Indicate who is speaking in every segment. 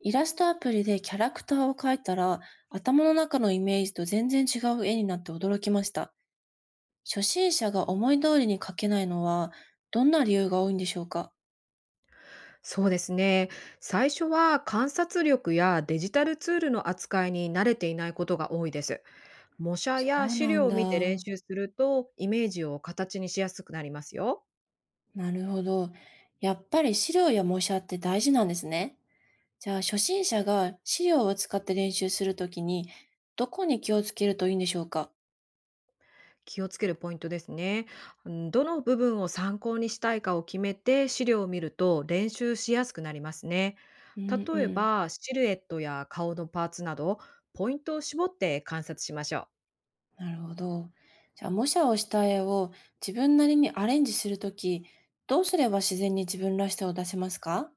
Speaker 1: イラストアプリでキャラクターを描いたら、頭の中のイメージと全然違う絵になって驚きました。初心者が思い通りに描けないのは、どんな理由が多いんでしょうか？
Speaker 2: そうですね。最初は観察力やデジタルツールの扱いに慣れていないことが多いです。模写
Speaker 1: そ
Speaker 2: や
Speaker 1: う
Speaker 2: 資
Speaker 1: な
Speaker 2: 料
Speaker 1: ん
Speaker 2: を
Speaker 1: だ。
Speaker 2: 見て練習するとイメージを形にしやすくなりますよ。
Speaker 1: なるほど。やっぱり資料や模写って大事なんですね。じゃあ、初心者が資料を使って練習するときに、どこに気をつけるといいんでしょうか？
Speaker 2: 気をつけるポイントですね。うんどの部分を参考にしたいかを決めて資料を見ると練習しやすくなりますね。
Speaker 1: うんう
Speaker 2: 例え
Speaker 1: ん。
Speaker 2: ばシルエットや顔のパーツなど、ポイントを絞って観察しましょう。
Speaker 1: なるほど。じゃあ、模写をした絵を自分なりにアレンジするとき、どうすれば自然に自分らしさを出せますか？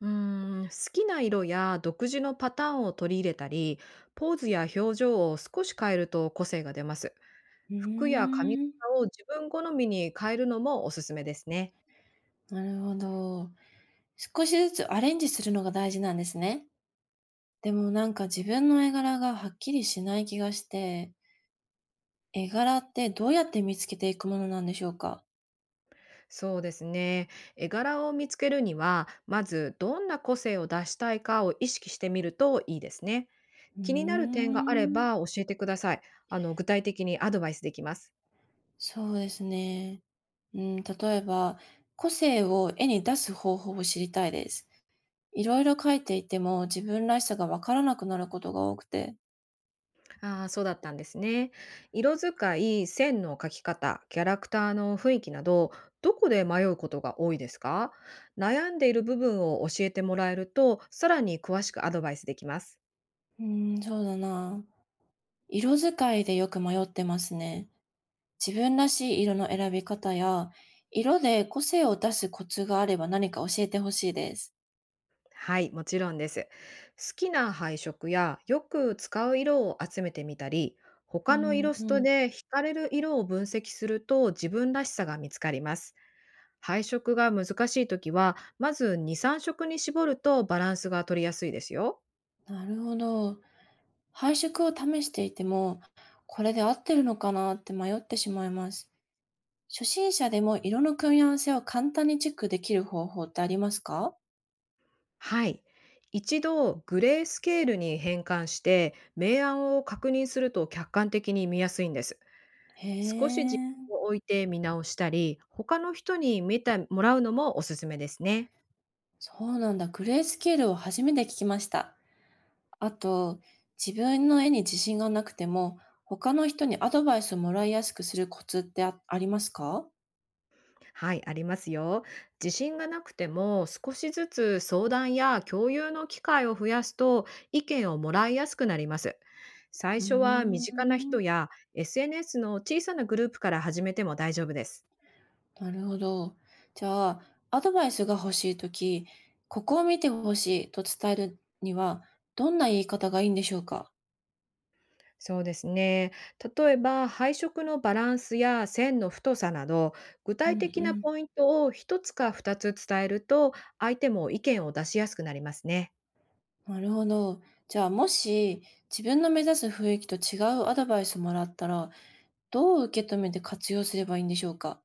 Speaker 2: うーん、好きな色や独自のパターンを取り入れたり、ポーズや表情を少し変えると個性が出ます。
Speaker 1: う
Speaker 2: 服や髪
Speaker 1: ーん、
Speaker 2: 型を自分好みに変えるのもおすすめですね。
Speaker 1: なるほど。少しずつアレンジするのが大事なんですね。でもなんか自分の絵柄がはっきりしない気がして、絵柄ってどうやって見つけていくものなんでしょうか？
Speaker 2: そうですね。絵柄を見つけるには、まずどんな個性を出したいかを意識してみるといいですね。
Speaker 1: うー
Speaker 2: 気になる点があれ
Speaker 1: ん、
Speaker 2: ば教えてください。具体的にアドバイスできます。
Speaker 1: そうですね。うん、例えば、個性を絵に出す方法を知りたいです。いろいろ書いていても、自分らしさがわからなくなることが多くて、
Speaker 2: ああ、そうだったんですね。色使い、線の描き方、キャラクターの雰囲気など、どこで迷うことが多いですか？悩んでいる部分を教えてもらえると、さらに詳しくアドバイスできます。
Speaker 1: うーん、そうだな。色使いでよく迷ってますね。自分らしい色の選び方や、色で個性を出すコツがあれば何か教えてほしいです。
Speaker 2: はい、もちろんです。好きな配色やよく使う色を集めてみたり、
Speaker 1: う
Speaker 2: 他のイラ
Speaker 1: ん
Speaker 2: ス
Speaker 1: う
Speaker 2: ト
Speaker 1: ん。
Speaker 2: で惹かれる色を分析すると自分らしさが見つかります。配色が難しいときは、まず2、3色に絞るとバランスが取りやすいですよ。
Speaker 1: なるほど。配色を試していても、これで合ってるのかなって迷ってしまいます。初心者でも色の組み合わせを簡単にチェックできる方法ってありますか？
Speaker 2: はい。一度グレースケールに変換して明暗を確認すると客観的に見やすいんです。
Speaker 1: へ
Speaker 2: 少し時
Speaker 1: え。
Speaker 2: 間を置いて見直したり、他の人に見てもらうのもおすすめですね。
Speaker 1: そうなんだ。グレースケールを初めて聞きました。あと、自分の絵に自信がなくても、他の人にアドバイスをもらいやすくするコツってありますか？
Speaker 2: はい、ありますよ。自信がなくても少しずつ相談や共有の機会を増やすと、意見をもらいやすくなります。最
Speaker 1: うー
Speaker 2: 初は身近な人
Speaker 1: ん、
Speaker 2: や SNS の小さなグループから始めても大丈夫です。
Speaker 1: なるほど。じゃあ、アドバイスが欲しいとき、ここを見てほしいと伝えるには、どんな言い方がいいんでしょうか？
Speaker 2: そうですね。例えば配色のバランスや線の太さなど、具
Speaker 1: う
Speaker 2: 体
Speaker 1: んう
Speaker 2: 的な
Speaker 1: ん。
Speaker 2: ポイントを一つか二つ伝えると、相手も意見を出しやすくなりますね。
Speaker 1: なるほど。じゃあ、もし自分の目指す雰囲気と違うアドバイスをもらったら、どう受け止めて活用すればいいんでしょうか？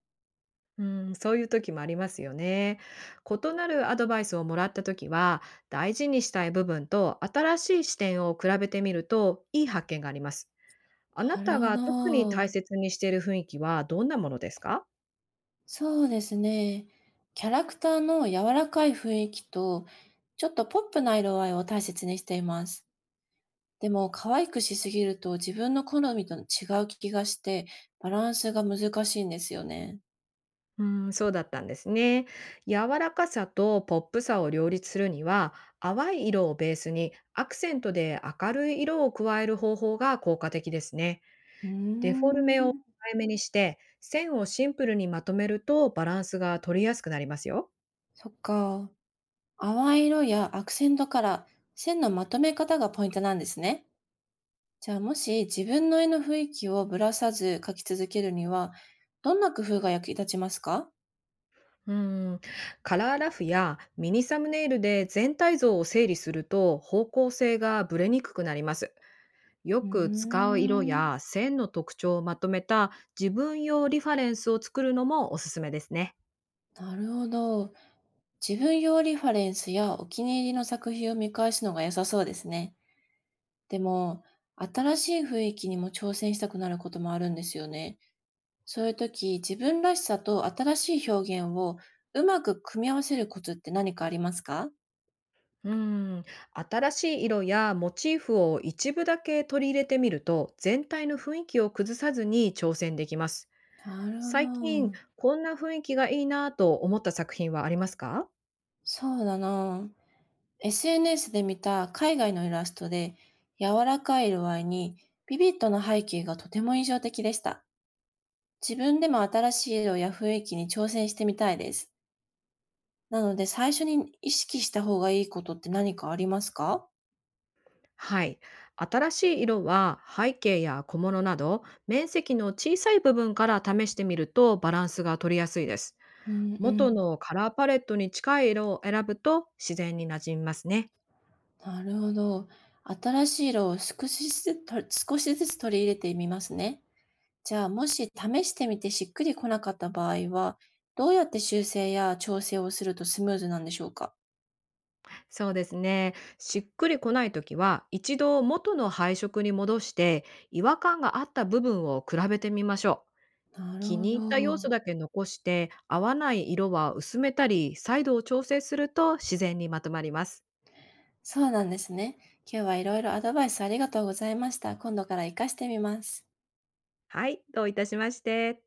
Speaker 2: うん、そういう時もありますよね。異なるアドバイスをもらった時は、大事にしたい部分と新しい視点を比べてみるといい発見があります。あな
Speaker 1: なる
Speaker 2: た
Speaker 1: ほ
Speaker 2: が特に大
Speaker 1: ど。
Speaker 2: 切にしている雰囲気はどんなものですか？
Speaker 1: そうですね。キャラクターの柔らかい雰囲気と、ちょっとポップな色合いを大切にしています。でも、可愛くしすぎると自分の好みと違う気がして、バランスが難しいんですよね。
Speaker 2: うん、そうだったんですね。柔らかさとポップさを両立するには、淡い色をベースにアクセントで明るい色を加える方法が効果的ですね。
Speaker 1: うー
Speaker 2: デフォルメを控
Speaker 1: ん。
Speaker 2: えめにして、線をシンプルにまとめるとバランスが取りやすくなりますよ。
Speaker 1: そっか。淡い色やアクセントカラー、線のまとめ方がポイントなんですね。じゃあ、もし自分の絵の雰囲気をぶらさず描き続けるには、どんな工夫が役立ちますか？
Speaker 2: うん、カラーラフやミニサムネイルで全体像を整理すると方向性がぶれにくくなります。よ
Speaker 1: うー
Speaker 2: く使う色
Speaker 1: ん、
Speaker 2: や線の特徴をまとめた自分用リファレンスを作るのもおすすめですね。
Speaker 1: なるほど。自分用リファレンスやお気に入りの作品を見返すのが良さそうですね。でも、新しい雰囲気にも挑戦したくなることもあるんですよね。そういう時、自分らしさと新しい表現をうまく組み合わせるコツって何かありますか？
Speaker 2: うん、新しい色やモチーフを一部だけ取り入れてみると、全体の雰囲気を崩さずに挑戦できます。
Speaker 1: なる
Speaker 2: 最
Speaker 1: ほ
Speaker 2: 近
Speaker 1: ど。
Speaker 2: こんな雰囲気がいいなぁと思った作品はありますか？
Speaker 1: そうだな。SNS で見た海外のイラストで、柔らかい色合いにビビッドな背景がとても印象的でした。自分でも新しい色や雰囲気に挑戦してみたいです。なので、最初に意識した方がいいことって何かありますか？
Speaker 2: はい。新しい色は背景や小物など面積の小さい部分から試してみるとバランスが取りやすいです。
Speaker 1: うんう
Speaker 2: 元
Speaker 1: ん。
Speaker 2: のカラーパレットに近い色を選ぶと自然に馴染みますね。
Speaker 1: なるほど。新しい色を少しずつ取り入れてみますね。じゃあ、もし試してみてしっくりこなかった場合は、どうやって修正や調整をするとスムーズなんでしょうか？
Speaker 2: そうですね。しっくりこないときは一度元の配色に戻して、違和感があった部分を比べてみましょう。
Speaker 1: なる
Speaker 2: 気
Speaker 1: ほ
Speaker 2: に入った要素
Speaker 1: ど。
Speaker 2: だけ残して、合わない色は薄めたり再度を調整すると自然にまとまります。
Speaker 1: そうなんですね。今日はいろいろアドバイスありがとうございました。今度から活かしてみます。
Speaker 2: はい。どういたしまして。